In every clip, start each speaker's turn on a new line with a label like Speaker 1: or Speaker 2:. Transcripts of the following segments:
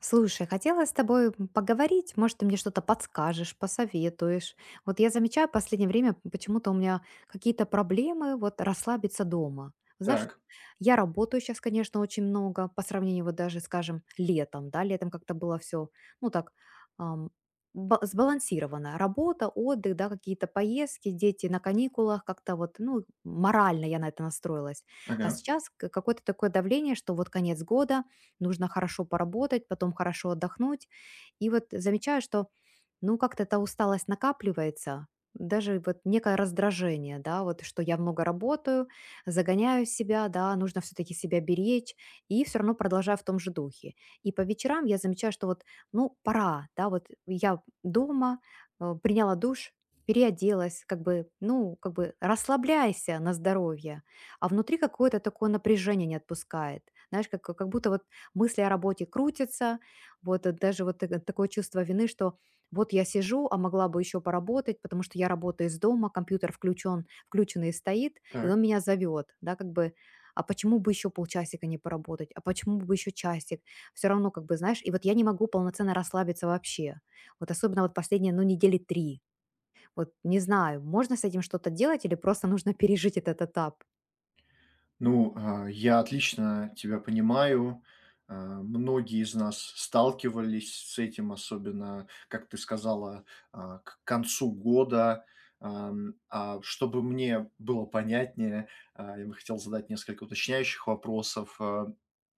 Speaker 1: Слушай, хотела с тобой поговорить, может, ты мне что-то подскажешь, посоветуешь. Вот я замечаю в последнее время, почему-то у меня какие-то проблемы вот расслабиться дома. Знаешь, вот
Speaker 2: Так,
Speaker 1: я работаю сейчас, конечно, очень много по сравнению вот даже, скажем, летом, да, летом как-то было все, ну так, ам, сбалансировано. Работа, отдых, да, какие-то поездки, дети на каникулах, как-то вот, ну, морально я на это настроилась. А
Speaker 2: ага,
Speaker 1: сейчас какое-то такое давление, что вот конец года, нужно хорошо поработать, потом хорошо отдохнуть. И вот замечаю, что, ну, как-то эта усталость накапливается, даже вот некое раздражение, да, вот что я много работаю, загоняю себя, да, нужно все-таки себя беречь, и все равно продолжаю в том же духе. И по вечерам я замечаю, что вот, ну, пора, да, вот я дома, приняла душ, переоделась, как бы, ну, как бы расслабляйся на здоровье, а внутри какое-то такое напряжение не отпускает. Знаешь, как будто вот мысли о работе крутятся, вот даже вот такое чувство вины, что вот я сижу, а могла бы еще поработать, потому что я работаю из дома, компьютер включен, включенный стоит, и
Speaker 2: так.
Speaker 1: он меня зовет, да, как бы, а почему бы еще полчасика не поработать, а почему бы еще часик, все равно, как бы, знаешь, и вот я не могу полноценно расслабиться вообще, вот особенно вот последние, ну, недели три, вот не знаю, можно с этим что-то делать или просто нужно пережить этот этап?
Speaker 2: Я отлично тебя понимаю. Многие из нас сталкивались с этим, особенно, как ты сказала, к концу года. А чтобы мне было понятнее, я бы хотел задать несколько уточняющих вопросов. А,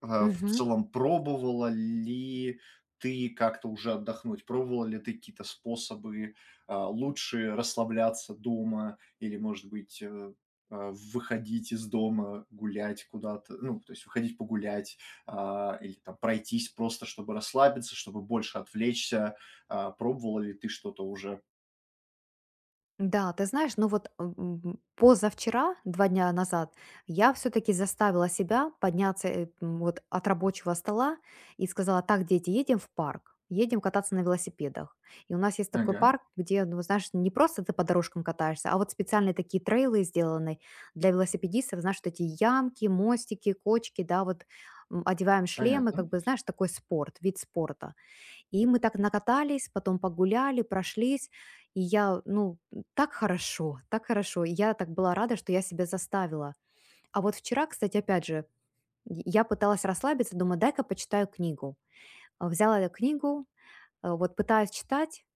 Speaker 2: А, В целом, пробовала ли ты как-то уже отдохнуть? Пробовала ли ты какие-то способы лучше расслабляться дома или, может быть, выходить из дома, гулять куда-то, ну, то есть выходить погулять, или там пройтись просто, чтобы расслабиться, чтобы больше отвлечься? Пробовала ли ты что-то уже?
Speaker 1: Да, ты знаешь, ну вот, позавчера, 2 дня назад, я все-таки заставила себя подняться вот от рабочего стола и сказала, так, дети, едем в парк, едем кататься на велосипедах. И у нас есть такой
Speaker 2: Ага,
Speaker 1: парк, где, ну, знаешь, не просто ты по дорожкам катаешься, а вот специальные такие трейлы сделаны для велосипедистов, знаешь, вот эти ямки, мостики, кочки, да, вот, одеваем шлемы,
Speaker 2: понятно.
Speaker 1: как бы, знаешь, такой спорт, вид спорта. И мы так накатались, потом погуляли, прошлись. И я, ну, так хорошо, так хорошо. И я так была рада, что я себя заставила. А вот вчера, кстати, опять же, и я пыталась расслабиться, думаю, дай-ка почитаю книгу. Взяла я книгу, вот пытаюсь читать,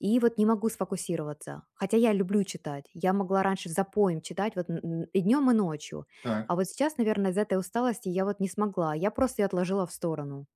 Speaker 1: и вот не могу сфокусироваться. Хотя я люблю читать. Я могла раньше запоем читать вот и днем, и ночью. А вот сейчас, наверное, из-за этой усталости я вот не смогла. Я просто ее отложила в сторону.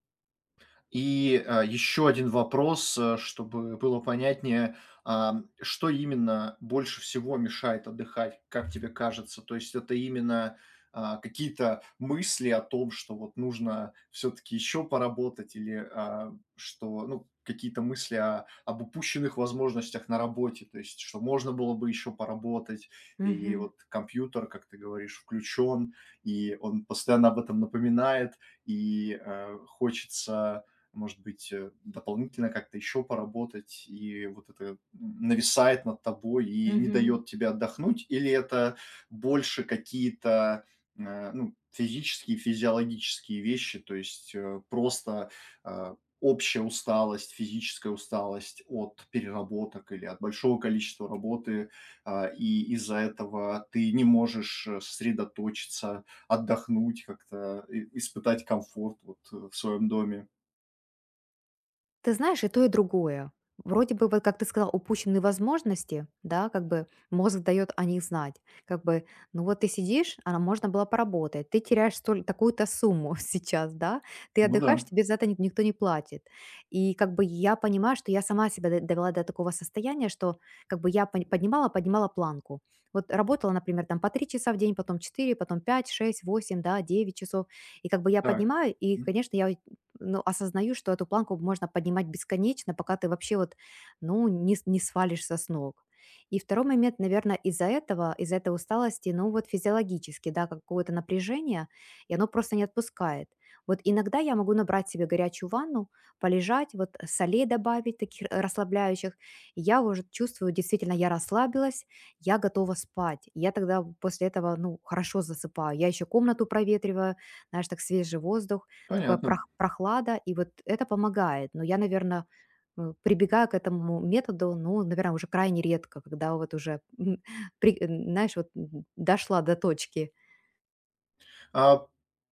Speaker 2: Еще один вопрос, чтобы было понятнее. Что именно больше всего мешает отдыхать, как тебе кажется? То есть это именно какие-то мысли о том, что вот нужно все таки еще поработать или, что, ну, какие-то мысли о об упущенных возможностях на работе, то есть что можно было бы еще поработать, и
Speaker 1: Мгм.
Speaker 2: вот компьютер, как ты говоришь, включен, и он постоянно об этом напоминает, и, хочется может быть, дополнительно как-то еще поработать, и вот это нависает над тобой и не
Speaker 1: Мгм.
Speaker 2: дает тебе отдохнуть, или это больше какие-то ну, физические, физиологические вещи, то есть просто э, общая усталость, физическая усталость от переработок или от большого количества работы, и из-за этого ты не можешь сосредоточиться, отдохнуть, как-то и- испытать комфорт вот в своем доме.
Speaker 1: Ты знаешь, и то, и другое. Вроде бы, вот как ты сказал, упущенные возможности, да, как бы мозг дает о них знать. Как бы, ну вот ты сидишь, а можно было поработать, ты теряешь такую-то сумму сейчас, да, ты
Speaker 2: Ну да,
Speaker 1: отдыхаешь, тебе за это никто не платит. И как бы я понимаю, что я сама себя довела до такого состояния, что как бы я поднимала, поднимала планку. Вот работала, например, там по 3 часа в день, потом 4, потом 5, 6, 8, да, 9 часов. И как бы я
Speaker 2: так,
Speaker 1: поднимаю, и,
Speaker 2: мгм.
Speaker 1: конечно, я, ну, осознаю, что эту планку можно поднимать бесконечно, пока ты вообще вот, ну, не, не свалишься с ног. И второй момент, наверное, из-за этого, из-за этой усталости, ну вот физиологически, да, какое-то напряжение, и оно просто не отпускает. Вот иногда я могу набрать себе горячую ванну, полежать, вот солей добавить, таких расслабляющих. И я уже чувствую, действительно, я расслабилась, я готова спать. Я тогда после этого, ну, хорошо засыпаю. Я еще комнату проветриваю, знаешь, так свежий воздух. Такая
Speaker 2: Понятно.
Speaker 1: прохлада, и вот это помогает. Но я, наверное, прибегаю к этому методу, ну, наверное, уже крайне редко, когда вот уже, м, при знаешь, вот д дошла до точки.
Speaker 2: А,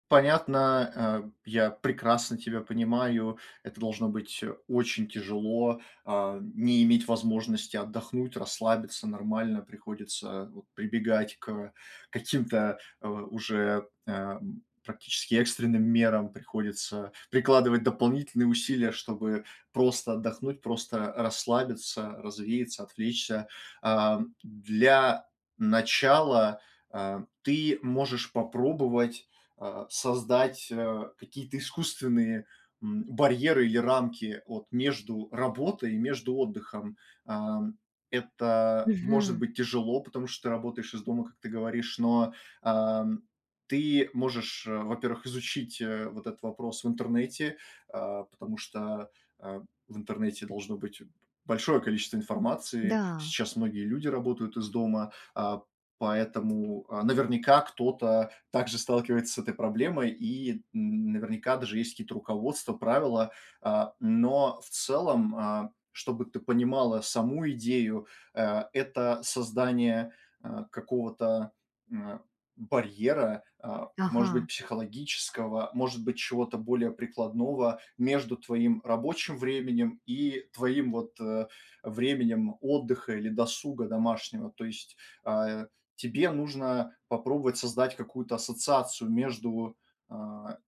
Speaker 2: понятно, я прекрасно тебя понимаю. Это должно быть очень тяжело, не иметь возможности отдохнуть, расслабиться нормально. Приходится вот прибегать к каким-то, уже практически экстренным мерам. Приходится прикладывать дополнительные усилия, чтобы просто отдохнуть, просто расслабиться, развеяться, отвлечься. Для начала ты можешь попробовать, создать какие-то искусственные, барьеры или рамки вот между работой и между отдыхом. Ам, это может
Speaker 1: Мгм.
Speaker 2: быть тяжело, потому что ты работаешь из дома, как ты говоришь, но, ам, ты можешь, во-первых, изучить, вот этот вопрос в интернете, потому что, а, в интернете должно быть большое количество информации.
Speaker 1: Да.
Speaker 2: Сейчас многие люди работают из дома. Поэтому, наверняка кто-то также сталкивается с этой проблемой, и наверняка даже есть какие-то руководства, правила. Но в целом, чтобы ты понимала саму идею, это создание какого-то, м, барьера, может
Speaker 1: Ага.
Speaker 2: быть, психологического, может быть, чего-то более прикладного между твоим рабочим временем и твоим вот, временем отдыха или досуга домашнего. То есть, а, тебе нужно попробовать создать какую-то ассоциацию между, а,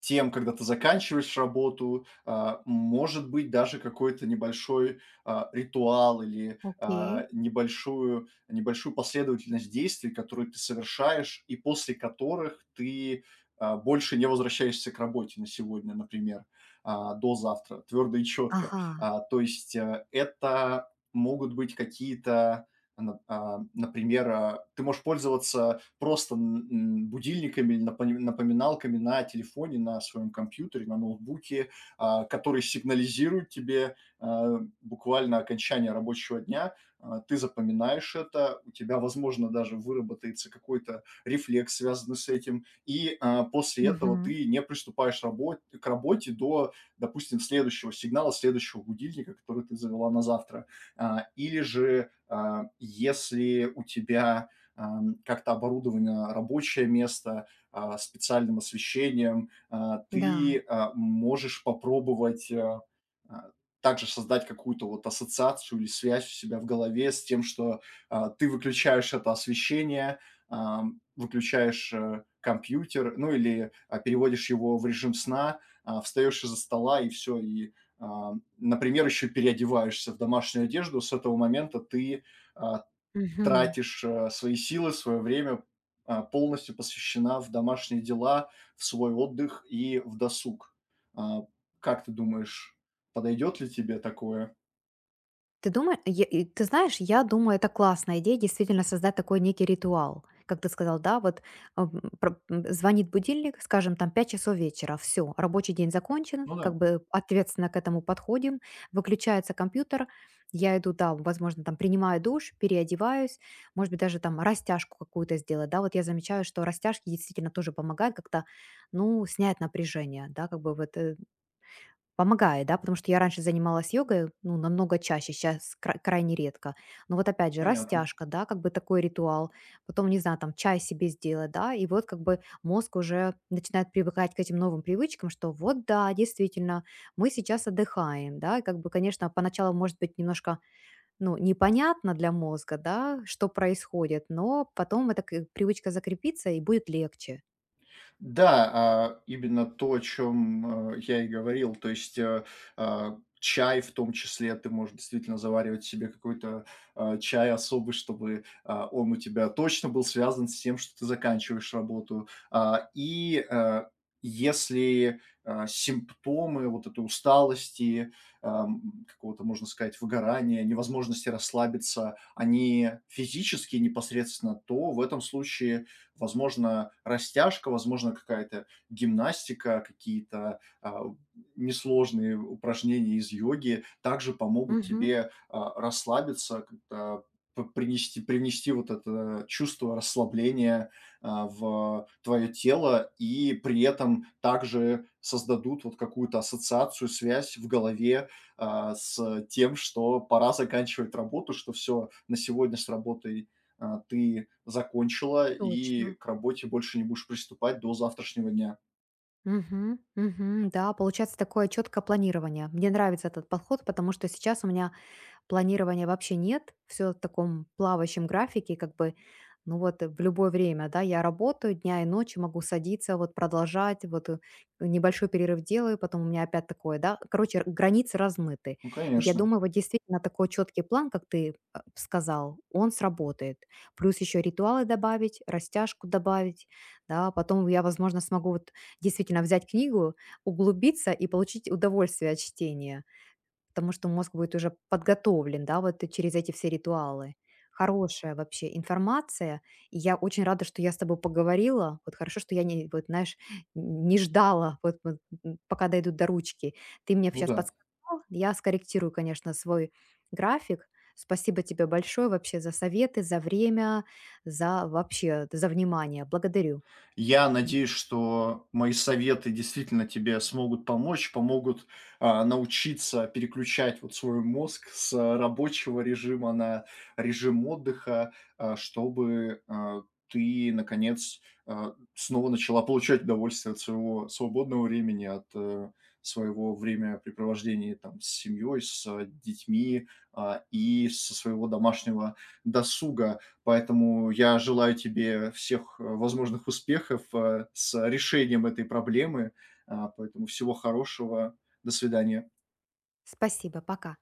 Speaker 2: тем, когда ты заканчиваешь работу, может быть, даже какой-то небольшой, ритуал или,
Speaker 1: Окей.
Speaker 2: небольшую последовательность действий, которые ты совершаешь и после которых ты, больше не возвращаешься к работе на сегодня, например, до завтра, твердо и четко.
Speaker 1: Ага.
Speaker 2: То есть, это могут быть какие-то, например, ты можешь пользоваться просто будильниками, напоминалками на телефоне, на своем компьютере, на ноутбуке, которые сигнализируют тебе буквально окончание рабочего дня. Ты запоминаешь это, у тебя, возможно, даже выработается какой-то рефлекс, связанный с этим, и после этого
Speaker 1: Мгм.
Speaker 2: ты не приступаешь к работе до, допустим, следующего сигнала, следующего будильника, который ты завела на завтра. Или же, если у тебя как-то оборудовано рабочее место, специальным освещением, ты,
Speaker 1: Да.
Speaker 2: можешь попробовать, а, также создать какую-то вот ассоциацию или связь у себя в голове с тем, что, ты выключаешь это освещение, выключаешь, компьютер, ну, или, переводишь его в режим сна, встаешь из-за стола и все И, например, еще переодеваешься в домашнюю одежду. С этого момента ты, а,
Speaker 1: Мгм.
Speaker 2: тратишь, свои силы, свое время, полностью посвящена в домашние дела, в свой отдых и в досуг. А, как ты думаешь, подойдет ли тебе такое?
Speaker 1: Ты думаешь, ты знаешь, я думаю, это классная идея, действительно создать такой некий ритуал. Как ты сказал, да, вот, ам, звонит будильник, скажем, там 5 часов вечера, все, рабочий день закончен,
Speaker 2: Ну
Speaker 1: как
Speaker 2: да,
Speaker 1: бы ответственно к этому подходим, выключается компьютер, я иду, да, возможно, там принимаю душ, переодеваюсь, может быть, даже там растяжку какую-то сделать, да. Вот я замечаю, что растяжки действительно тоже помогают как-то, ну, снять напряжение, да, как бы вот, помогает, да? Потому что я раньше занималась йогой, ну, намного чаще, сейчас крайне редко. Но вот опять же,
Speaker 2: понятно.
Speaker 1: растяжка, да, как бы такой ритуал. Потом, не знаю, там чай себе сделать, да, и вот как бы мозг уже начинает привыкать к этим новым привычкам, что вот да, действительно, мы сейчас отдыхаем, да, и как бы, конечно, поначалу может быть немножко, ну, непонятно для мозга, да, что происходит, но потом эта привычка закрепится и будет легче.
Speaker 2: Да, именно то, о чём, я и говорил. То есть, чай в том числе. Ты можешь действительно заваривать себе какой-то, чай особый, чтобы, он у тебя точно был связан с тем, что ты заканчиваешь работу. Если, симптомы вот этой усталости, какого-то, можно сказать, выгорания, невозможности расслабиться, они физические непосредственно, то в этом случае, возможно, растяжка, возможно, какая-то гимнастика, какие-то несложные упражнения из йоги также помогут
Speaker 1: Мгм.
Speaker 2: тебе расслабиться, как-то п- принести вот это чувство расслабления в твое тело и при этом также создадут вот какую-то ассоциацию, связь в голове с тем, что пора заканчивать работу, что все, на сегодня с работой ты закончила и
Speaker 1: Точно.
Speaker 2: к работе больше не будешь приступать до завтрашнего дня.
Speaker 1: Мгм, мгм. Да, получается такое четкое планирование. Мне нравится этот подход, потому что сейчас у меня планирования вообще нет, все в таком плавающем графике, как бы, ну вот, в любое время, да, я работаю дня и ночи, могу садиться, вот продолжать, вот, небольшой перерыв делаю, потом у меня опять такое, да, короче, границы размыты.
Speaker 2: Ну,
Speaker 1: Я
Speaker 2: конечно.
Speaker 1: думаю, вот действительно такой четкий план, как ты сказал, он сработает. Плюс еще ритуалы добавить, растяжку добавить, да, потом я, возможно, смогу вот действительно взять книгу, углубиться и получить удовольствие от чтения. Потому что мозг будет уже подготовлен, да, вот через эти все ритуалы. Хорошая вообще информация. И я очень рада, что я с тобой поговорила. Вот хорошо, что я не, вот, знаешь, не ждала, вот, вот, пока дойдут до ручки. Ты мне
Speaker 2: Ну
Speaker 1: сейчас
Speaker 2: да.
Speaker 1: подсказал. Я скорректирую, конечно, свой график. Спасибо тебе большое вообще за советы, за время, за вообще, за внимание. Благодарю.
Speaker 2: Я надеюсь, что мои советы действительно тебе смогут помочь, помогут, научиться переключать вот свой мозг с рабочего режима на режим отдыха, чтобы ты, наконец, снова начала получать удовольствие от своего свободного времени, от, своего времяпрепровождения там с семьей, с детьми, и со своего домашнего досуга. Поэтому я желаю тебе всех возможных успехов, с решением этой проблемы. Поэтому всего хорошего. До свидания.
Speaker 1: Спасибо, пока.